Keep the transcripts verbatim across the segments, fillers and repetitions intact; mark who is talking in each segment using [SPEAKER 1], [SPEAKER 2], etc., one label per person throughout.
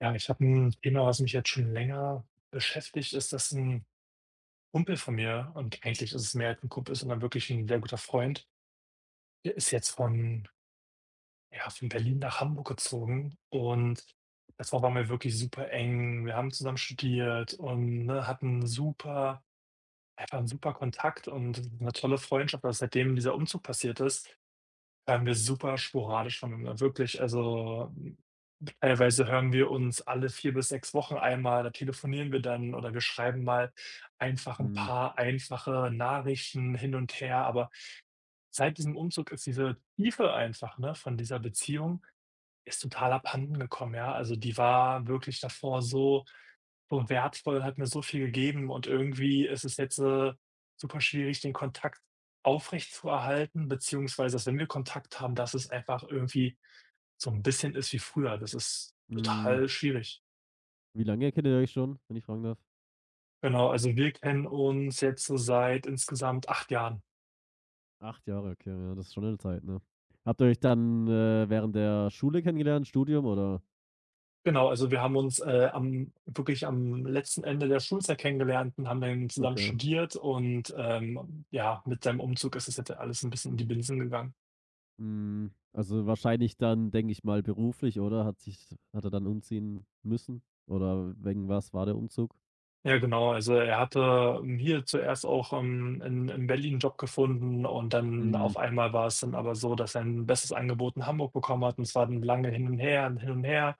[SPEAKER 1] Ja, ich habe ein Thema, was mich jetzt schon länger beschäftigt, ist, das ein Kumpel von mir und eigentlich ist es mehr als ein Kumpel, sondern wirklich ein sehr guter Freund, der ist jetzt von ja, von Berlin nach Hamburg gezogen, und das war bei mir wirklich super eng. Wir haben zusammen studiert und, ne, hatten super einfach einen super Kontakt und eine tolle Freundschaft. Aber seitdem dieser Umzug passiert ist, haben wir super sporadisch voneinander. Wirklich, also teilweise hören wir uns alle vier bis sechs Wochen einmal, da telefonieren wir dann oder wir schreiben mal einfach ein
[SPEAKER 2] Mhm,
[SPEAKER 1] paar einfache Nachrichten hin und her. Aber seit diesem Umzug ist diese Tiefe einfach, ne, von dieser Beziehung ist total abhanden gekommen, ja. Also, die war wirklich davor so so wertvoll, hat mir so viel gegeben, und irgendwie ist es jetzt, äh, super schwierig, den Kontakt aufrecht aufrechtzuerhalten, beziehungsweise, dass wenn wir Kontakt haben, dass es einfach irgendwie so ein bisschen ist wie früher. Das ist
[SPEAKER 2] mhm.
[SPEAKER 1] total schwierig.
[SPEAKER 2] Wie lange kennt ihr euch schon, wenn ich fragen darf?
[SPEAKER 1] Genau, also wir kennen uns jetzt so seit insgesamt acht Jahren.
[SPEAKER 2] Acht Jahre, okay, ja, das ist schon eine Zeit, ne? Habt ihr euch dann, äh, während der Schule kennengelernt, Studium oder?
[SPEAKER 1] Genau, also wir haben uns, äh, am wirklich am letzten Ende der Schulzeit kennengelernt und haben dann zusammen
[SPEAKER 2] Okay.
[SPEAKER 1] studiert und, ähm, ja, mit seinem Umzug ist es jetzt alles ein bisschen in die Binsen gegangen.
[SPEAKER 2] Mhm, also wahrscheinlich dann, denke ich mal, beruflich, oder? Hat sich hat er dann umziehen müssen oder wegen was war der Umzug?
[SPEAKER 1] Ja genau, also er hatte, hm, hier zuerst auch, ähm, in in Berlin 'n Job gefunden, und dann
[SPEAKER 2] Mhm,
[SPEAKER 1] auf einmal war es dann aber so, dass er ein besseres Angebot in Hamburg bekommen hat, und es war dann lange hin und her und hin und her.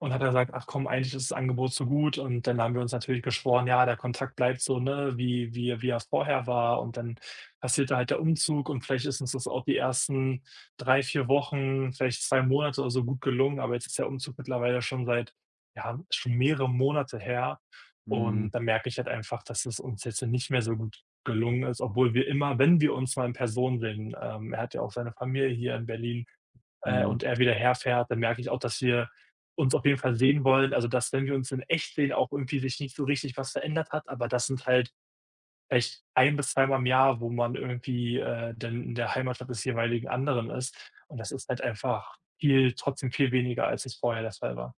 [SPEAKER 1] Und hat er gesagt: „Ach komm, eigentlich ist das Angebot so gut.“ Und dann haben wir uns natürlich geschworen: „Ja, der Kontakt bleibt so, ne, wie wie wie er vorher war.“ Und dann passierte halt der Umzug, und vielleicht ist uns das auch die ersten drei vier Wochen, vielleicht zwei Monate oder so gut gelungen, aber jetzt ist der Umzug mittlerweile schon seit ja, schon mehrere Monate her.
[SPEAKER 2] mhm,
[SPEAKER 1] Und da merke ich halt einfach, dass es uns jetzt nicht mehr so gut gelungen ist, obwohl wir immer, wenn wir uns mal in Person sehen, ähm, er hat ja auch seine Familie hier in Berlin, äh, und
[SPEAKER 2] mhm.
[SPEAKER 1] er wieder herfährt, dann merke ich auch, dass wir uns auf jeden Fall sehen wollen. Also, dass, wenn wir uns in echt sehen, auch irgendwie sich nicht so richtig was verändert hat, aber das sind halt vielleicht ein bis zweimal im Jahr, wo man irgendwie, äh, dann in der Heimatstadt des jeweiligen anderen ist. Und das ist halt einfach viel trotzdem viel weniger, als es vorher der Fall war.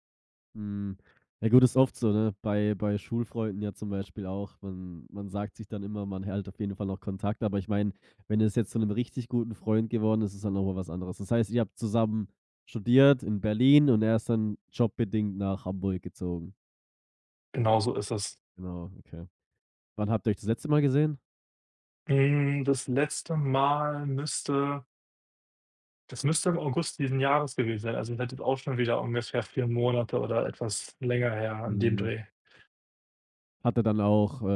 [SPEAKER 2] Mhm. Ja gut, ist oft so, ne? Bei bei Schulfreunden ja zum Beispiel auch. Man man sagt sich dann immer, man hält auf jeden Fall noch Kontakt, aber ich meine, wenn es jetzt zu einem richtig guten Freund geworden ist, ist dann noch mal was anderes. Das heißt, ihr habt zusammen studiert in Berlin und er ist dann jobbedingt nach Hamburg gezogen.
[SPEAKER 1] Genau so ist es.
[SPEAKER 2] Genau, okay. Wann habt ihr euch das letzte Mal gesehen?
[SPEAKER 1] Hm, das letzte Mal müsste das müsste im August diesen Jahres gewesen sein. Also, das ist halt jetzt auch schon wieder ungefähr vier Monate oder etwas länger her an dem
[SPEAKER 2] Mhm.
[SPEAKER 1] Dreh.
[SPEAKER 2] Hat er dann auch, äh,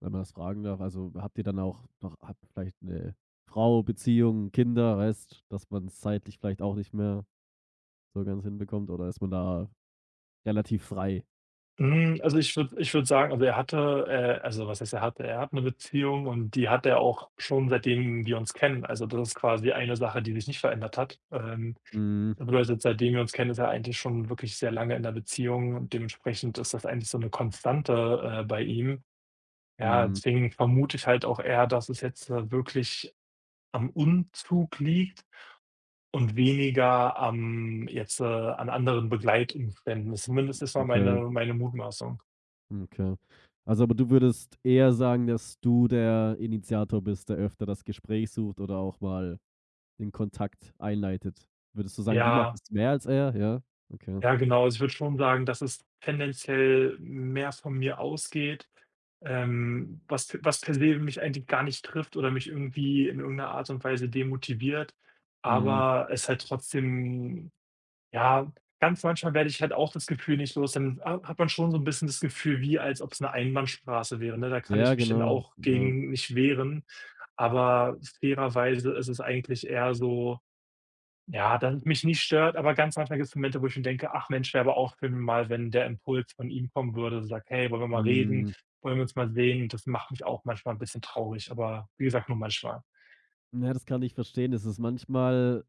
[SPEAKER 2] wenn man das fragen darf, also habt ihr dann auch noch habt vielleicht eine Frau, Beziehung, Kinder, weißt, dass man's zeitlich vielleicht auch nicht mehr so ganz hinbekommt oder ist man da relativ frei?
[SPEAKER 1] Hm, also, ich würde ich würde sagen, also, er hatte äh, also, was heißt, er hatte er hat eine Beziehung, und die hat er auch schon, seitdem wir uns kennen. Also, das ist quasi eine Sache, die sich nicht verändert hat. Ähm,
[SPEAKER 2] Mhm,
[SPEAKER 1] das bedeutet, seitdem wir uns kennen, ist er eigentlich schon wirklich sehr lange in der Beziehung, und dementsprechend ist das eigentlich so eine Konstante, äh, bei ihm. Ja,
[SPEAKER 2] mhm,
[SPEAKER 1] deswegen vermute ich halt auch eher, dass es jetzt, äh, wirklich am Umzug liegt und weniger am jetzt, äh an anderen Begleitumständen. Zumindest ist mal
[SPEAKER 2] okay,
[SPEAKER 1] meine meine Mutmaßung.
[SPEAKER 2] okay. Also, aber du würdest eher sagen, dass du der Initiator bist, der öfter das Gespräch sucht oder auch mal den Kontakt einleitet. Würdest du sagen, du machst
[SPEAKER 1] Ja.
[SPEAKER 2] es mehr als er? Ja, okay.
[SPEAKER 1] Ja, genau. Also, ich würde schon sagen, dass es tendenziell mehr von mir ausgeht, ähm, was p was per se mich eigentlich gar nicht trifft oder mich irgendwie in irgendeiner Art und Weise demotiviert,
[SPEAKER 2] Mhm.
[SPEAKER 1] aber es halt trotzdem ja, ganz manchmal werde ich halt auch das Gefühl nicht los, dann ha hat man schon so ein bisschen das Gefühl, wie als ob es eine Einbahnstraße wäre, ne? Da kann ich
[SPEAKER 2] Ja,
[SPEAKER 1] mich dann
[SPEAKER 2] genau.
[SPEAKER 1] auch
[SPEAKER 2] Ja.
[SPEAKER 1] gegen nicht wehren, aber fairerweise ist es eigentlich eher so, ja, dass es mich nicht stört, aber ganz manchmal gibt es Momente, wo ich mir denke: „Ach Mensch, wäre aber auch schön mal, wenn der Impuls von ihm kommen würde“, so sagt: „Hey, wollen wir mal reden?
[SPEAKER 2] Mhm.
[SPEAKER 1] Wollen wir uns mal sehen?“ Das macht mich auch manchmal ein bisschen traurig, aber wie gesagt, nur manchmal.
[SPEAKER 2] Ja, das kann ich verstehen. Es ist manchmal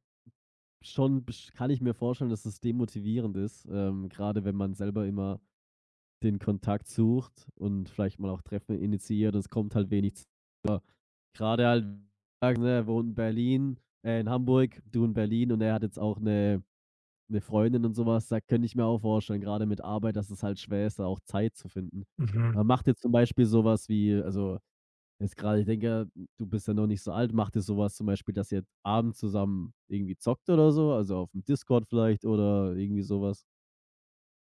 [SPEAKER 2] schon besch kann ich mir vorstellen, dass es demotivierend ist, ähm, grade wenn man selber immer den Kontakt sucht und vielleicht mal auch Treffen initiiert. Es kommt halt wenig. z- Gerade halt, ne, er wohnt in Berlin, äh, in Hamburg, du in Berlin und er hat jetzt auch eine, eine Freundin und sowas. Da könnte ich mir auch vorstellen, gerade mit Arbeit, dass es halt schwer ist, da auch Zeit zu finden.
[SPEAKER 1] Mhm.
[SPEAKER 2] Aber macht jetzt zum Beispiel sowas wie, also jetzt gerade, ich denke, du bist ja noch nicht so alt, macht ihr sowas zum Beispiel, dass ihr abends zusammen irgendwie zockt oder so? Also auf dem Discord vielleicht oder irgendwie sowas?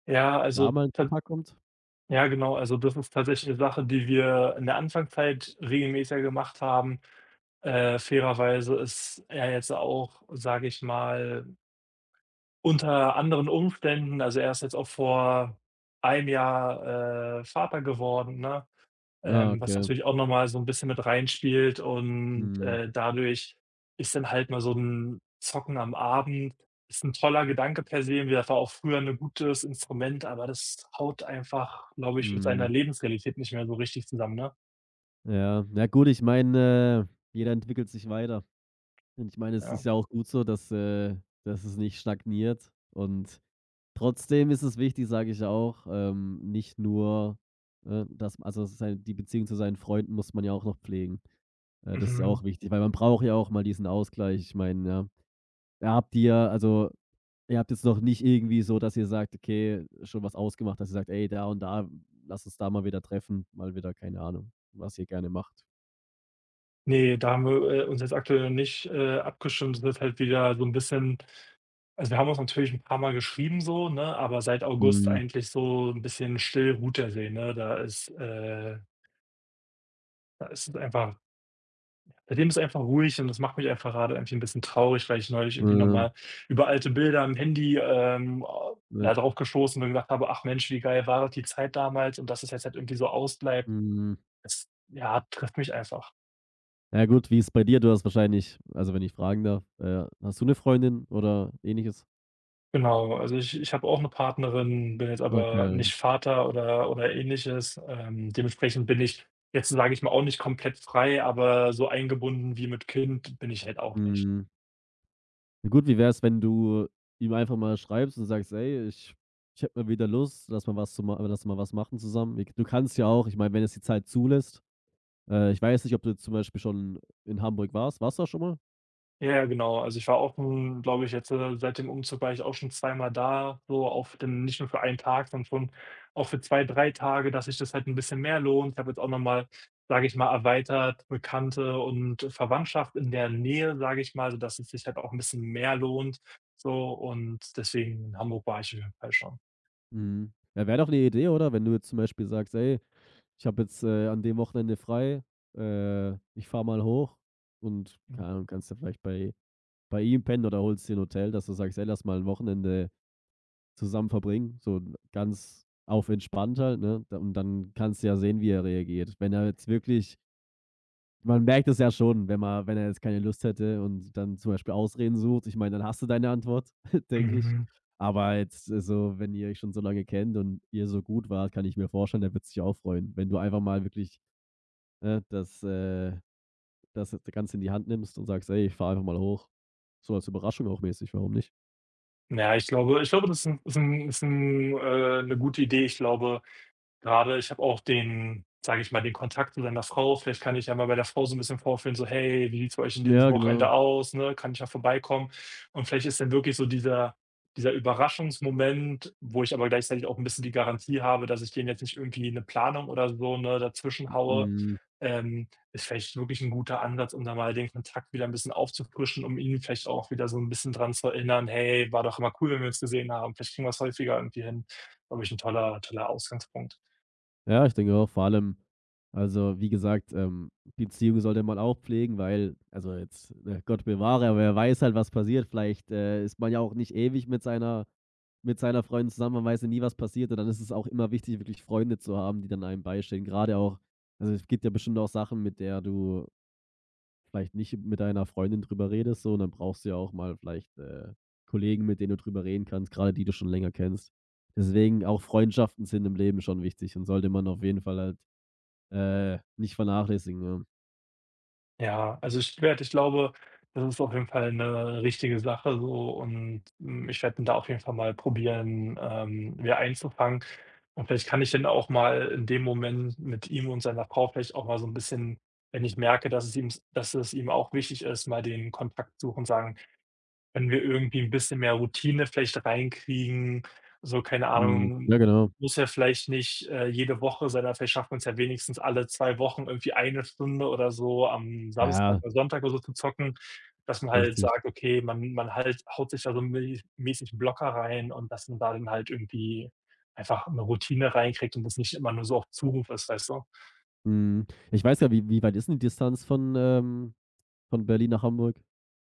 [SPEAKER 1] Ja, also,
[SPEAKER 2] Da mal in
[SPEAKER 1] ta
[SPEAKER 2] Kontakt kommt?
[SPEAKER 1] ja genau, also, das ist tatsächlich eine Sache, die wir in der Anfangszeit regelmäßiger gemacht haben. Äh, fairerweise ist er jetzt auch, sage ich mal, unter anderen Umständen, also, er ist jetzt auch vor einem Jahr, äh, Vater geworden, ne?
[SPEAKER 2] Ah,
[SPEAKER 1] Ähm, was
[SPEAKER 2] okay.
[SPEAKER 1] natürlich auch nochmal so ein bisschen mit reinspielt, und,
[SPEAKER 2] Mhm.
[SPEAKER 1] äh, dadurch ist dann halt mal so ein Zocken am Abend ist ein toller Gedanke per se. Wir Das war auch früher ein gutes Instrument, aber das haut einfach, glaube ich, mit seiner
[SPEAKER 2] Mhm.
[SPEAKER 1] Lebensrealität nicht mehr so richtig zusammen, ne?
[SPEAKER 2] Ja, na gut, ich meine, äh, jeder entwickelt sich weiter. Und ich meine, es
[SPEAKER 1] Ja.
[SPEAKER 2] ist ja auch gut so, dass, äh, dass es nicht stagniert. Und trotzdem ist es wichtig, sage ich auch, ähm, nicht nur, äh, dass also sei die Beziehung zu seinen Freunden muss man ja auch noch pflegen. Äh, das ist ja
[SPEAKER 1] Mhm.
[SPEAKER 2] auch wichtig, weil man braucht ja auch mal diesen Ausgleich. Ich meine, ja, ihr habt ihr also ihr habt jetzt noch nicht irgendwie so, dass ihr sagt, okay, schon was ausgemacht, dass ihr sagt: „Ey, da und da, lass uns da mal wieder treffen.“ Mal wieder, keine Ahnung, was ihr gerne macht.
[SPEAKER 1] Ne, da haben wir, äh, uns jetzt aktuell noch nicht, äh, abgestimmt. Es wird halt wieder so 'n bisschen, also, wir haben uns natürlich 'n paar Mal geschrieben so, ne, aber seit August
[SPEAKER 2] Mhm.
[SPEAKER 1] eigentlich so 'n bisschen still ruht der See, ne? Da ist, äh da ist es einfach, Bei dem ist einfach ruhig, und das macht mich einfach gerade irgendwie ein bisschen traurig, weil ich neulich irgendwie
[SPEAKER 2] Ähm,
[SPEAKER 1] nochmal über alte Bilder am Handy, ähm, au ja,
[SPEAKER 2] ja,
[SPEAKER 1] drauf gestoßen und gedacht habe: „Ach Mensch, wie geil war doch die Zeit damals“, und dass es jetzt halt irgendwie so ausbleibt,
[SPEAKER 2] mhm.
[SPEAKER 1] das, ja, trifft mich einfach.
[SPEAKER 2] Ja gut, wie ist es bei dir? Du hast wahrscheinlich, also wenn ich fragen darf, äh, hast du 'ne Freundin oder Ähnliches?
[SPEAKER 1] Genau, also ich ich habe auch eine Partnerin, bin jetzt aber
[SPEAKER 2] Okay,
[SPEAKER 1] nicht Vater oder oder Ähnliches. Ähm, dementsprechend bin ich jetzt, sage ich mal, auch nicht komplett frei, aber so eingebunden wie mit Kind bin ich halt auch nicht.
[SPEAKER 2] mhm. Ja gut, wie wär's, wenn du ihm einfach mal schreibst und sagst: „Ey, ich ich hätte mal wieder Lust, lass mal was zu ma lass mal was machen zusammen.“ Wie du kannst ja auch, ich meine, wenn es die Zeit zulässt, äh, ich weiß nicht, ob du jetzt zum Beispiel schon in Hamburg warst. Warst du da schon mal?
[SPEAKER 1] Ja, ja, genau. Also, ich war auch, glaube ich, jetzt, äh seit dem Umzug war ich auch schon zweimal da, so auf den nicht nur für einen Tag, sondern schon auch für zwei, drei Tage, dass sich das halt ein bisschen mehr lohnt. Ich habe jetzt auch noch mal, sage ich mal, erweitert Bekannte und Verwandtschaft in der Nähe, sage ich mal, sodass es sich halt auch ein bisschen mehr lohnt, so. Und deswegen in Hamburg war ich auf jeden Fall schon.
[SPEAKER 2] Mhm. Ja, wäre doch 'ne Idee, oder? Wenn du jetzt zum Beispiel sagst: „Ey, ich habe jetzt, äh, an dem Wochenende frei. Äh, ich fahre mal hoch und, keine Ahnung, kannst ja vielleicht bei bei ihm pennen oder holst dir ein Hotel, dass du sagst: „Ey, lass mal ein Wochenende zusammen verbringen.“ So ganz auf entspannt halt, ne? Da und dann kannst du ja sehen, wie er reagiert. Wenn er jetzt wirklich man merkt es ja schon, wenn man wenn er jetzt keine Lust hätte und dann zum Beispiel Ausreden sucht. Ich meine, dann hast du deine Antwort, denke ich.
[SPEAKER 1] Mhm.
[SPEAKER 2] Aber jetzt, äh, so, wenn ihr euch schon so lange kennt und ihr so gut wart, kann ich mir vorstellen, der wird sich auch freuen, wenn du einfach mal wirklich, ne, das, äh das Ganze in die Hand nimmst und sagst: „Ey, ich fahre einfach mal hoch.“ So als Überraschung auch mäßig, warum nicht?
[SPEAKER 1] Ja, ich glaube ich glaube, das ist 'n ist 'n ist 'n äh, 'ne gute Idee. Ich glaube Gerade, ich habe auch den, sage ich mal, den Kontakt zu seiner Frau. Vielleicht kann ich ja mal bei der Frau so ein bisschen vorführen, so: „Hey, wie sieht es bei euch in dieses
[SPEAKER 2] Ja, genau.
[SPEAKER 1] Wochenende aus, ne? Kann ich ja vorbeikommen?“ Und vielleicht ist dann wirklich so dieser dieser Überraschungsmoment, wo ich aber gleichzeitig auch ein bisschen die Garantie habe, dass ich denen jetzt nicht irgendwie eine Planung oder so, ne, dazwischen haue,
[SPEAKER 2] Mhm.
[SPEAKER 1] ähm, ist vielleicht wirklich ein guter Ansatz, um da mal den Kontakt wieder ein bisschen aufzufrischen, um ihn vielleicht auch wieder so ein bisschen dran zu erinnern: „Hey, war doch immer cool, wenn wir uns gesehen haben. Vielleicht kriegen wir's häufiger irgendwie hin.“ Glaube ich, ein toller toller Ausgangspunkt.
[SPEAKER 2] Ja, ich denke auch, vor allem, also wie gesagt, ähm, Beziehung sollte man auch pflegen, weil, also jetzt, ne, Gott bewahre, aber wer weiß halt, was passiert. Vielleicht, äh, ist man ja auch nicht ewig mit seiner mit seiner Freundin zusammen, man weiß ja nie, was passiert, und dann ist es auch immer wichtig, wirklich Freunde zu haben, die dann einem beistehen. Grade auch, also es gibt ja bestimmt auch Sachen, mit der du vielleicht nicht mit deiner Freundin drüber redest so, und dann brauchst du ja auch mal vielleicht, äh, Kollegen, mit denen du drüber reden kannst, gerade die du schon länger kennst. Deswegen auch Freundschaften sind im Leben schon wichtig und sollte man auf jeden Fall halt, äh, nicht vernachlässigen, ja.
[SPEAKER 1] Ja, also ich werde ich glaube, das ist auf jeden Fall eine richtige Sache so, und, hm, ich werde da auf jeden Fall mal probieren, ähm, wieder einzufangen. Und vielleicht kann ich dann auch mal in dem Moment mit ihm und seiner Frau vielleicht auch mal so ein bisschen, wenn ich merke, dass es ihm dass es ihm auch wichtig ist, mal den Kontakt suchen, sagen: wenn wir irgendwie ein bisschen mehr Routine vielleicht reinkriegen, so, keine
[SPEAKER 2] Mhm.
[SPEAKER 1] Ahnung,
[SPEAKER 2] Ja, genau.
[SPEAKER 1] muss ja vielleicht nicht, äh, jede Woche sein, aber vielleicht schaffen wir es ja wenigstens alle zwei Wochen irgendwie eine Stunde oder so am Samstag
[SPEAKER 2] Ja,
[SPEAKER 1] oder Sonntag oder so zu zocken, dass man halt
[SPEAKER 2] richtig.
[SPEAKER 1] sagt: „Okay, man man halt haut sich da so mäß mäßig 'n Blocker rein“, und dass man da dann halt irgendwie einfach eine Routine reinkriegt und das nicht immer nur so auf Zuruf ist, weißt du?
[SPEAKER 2] Mhm. Ich weiß ja, wie wie weit ist denn die Distanz von, ähm von Berlin nach Hamburg?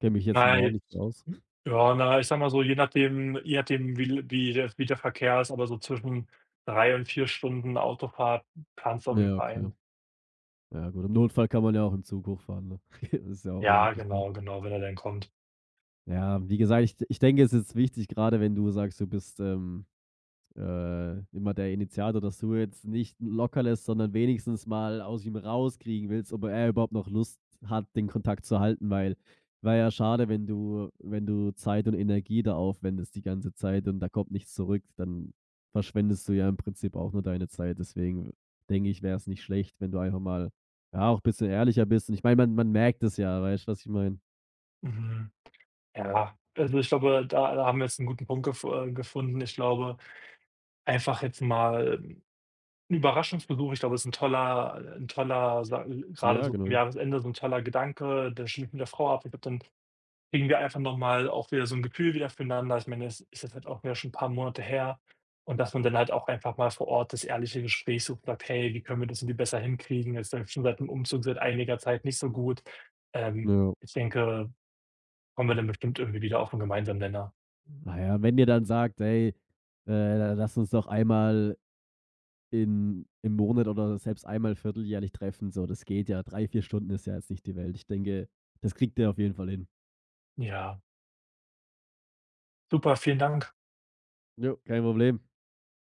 [SPEAKER 2] Kenne mich jetzt im
[SPEAKER 1] Nein.
[SPEAKER 2] Norden nicht so aus.
[SPEAKER 1] Hm, ja, na, ich sag mal so, je nachdem je nachdem, wie wie der wie der Verkehr ist, aber so zwischen drei und vier Stunden Autofahrt planst du auf jeden
[SPEAKER 2] Ja,
[SPEAKER 1] Fall
[SPEAKER 2] okay.
[SPEAKER 1] ein.
[SPEAKER 2] Ja gut, im Notfall kann man ja auch im Zug hochfahren, ne? Das ist ja auch eine
[SPEAKER 1] Ja,
[SPEAKER 2] Möglichkeit.
[SPEAKER 1] genau, genau, wenn er denn kommt.
[SPEAKER 2] Ja, wie gesagt, ich ich denke, es ist wichtig, gerade wenn du sagst, du bist, ähm, äh, immer der Initiator, dass du jetzt nicht locker lässt, sondern wenigstens mal aus ihm rauskriegen willst, ob er überhaupt noch Lust hat, den Kontakt zu halten, weil, wäre ja schade, wenn du wenn du Zeit und Energie da aufwendest die ganze Zeit und da kommt nichts zurück, dann verschwendest du ja im Prinzip auch nur deine Zeit. Deswegen denke ich, wäre es nicht schlecht, wenn du einfach mal, ja, auch ein bisschen ehrlicher bist. Und ich meine, man man merkt es ja, weißt du, was ich meine?
[SPEAKER 1] Mhm. Ja, also ich glaube, da da haben wir jetzt einen guten Punkt gef äh, gefunden. Ich glaube, einfach jetzt mal 'n Überraschungsbesuch, ich glaube, es ist ein toller ein toller, sa grade
[SPEAKER 2] Ja,
[SPEAKER 1] so zum
[SPEAKER 2] genau.
[SPEAKER 1] Jahresende so ein toller Gedanke. Dann stimmt ich mit der Frau ab. Ich glaube, dann kriegen wir einfach noch mal auch wieder so ein Gefühl wieder füreinander. Ich meine, es ist jetzt halt auch wieder schon ein paar Monate her, und dass man dann halt auch einfach mal vor Ort das ehrliche Gespräch sucht, sagt: „Hey, wie können wir das irgendwie besser hinkriegen? Es läuft schon seit dem Umzug seit einiger Zeit nicht so gut.“ Ähm,
[SPEAKER 2] Ja.
[SPEAKER 1] ich denke, kommen wir dann bestimmt irgendwie wieder auf 'n gemeinsamen Nenner.
[SPEAKER 2] Ah ja, wenn ihr dann sagt: „Hey, äh, lass uns doch einmal in im Monat oder selbst einmal vierteljährlich treffen“, so, das geht ja. Drei vier Stunden ist ja jetzt nicht die Welt. Ich denke, das kriegt ihr auf jeden Fall hin.
[SPEAKER 1] Ja, super, vielen Dank.
[SPEAKER 2] Jo, kein Problem.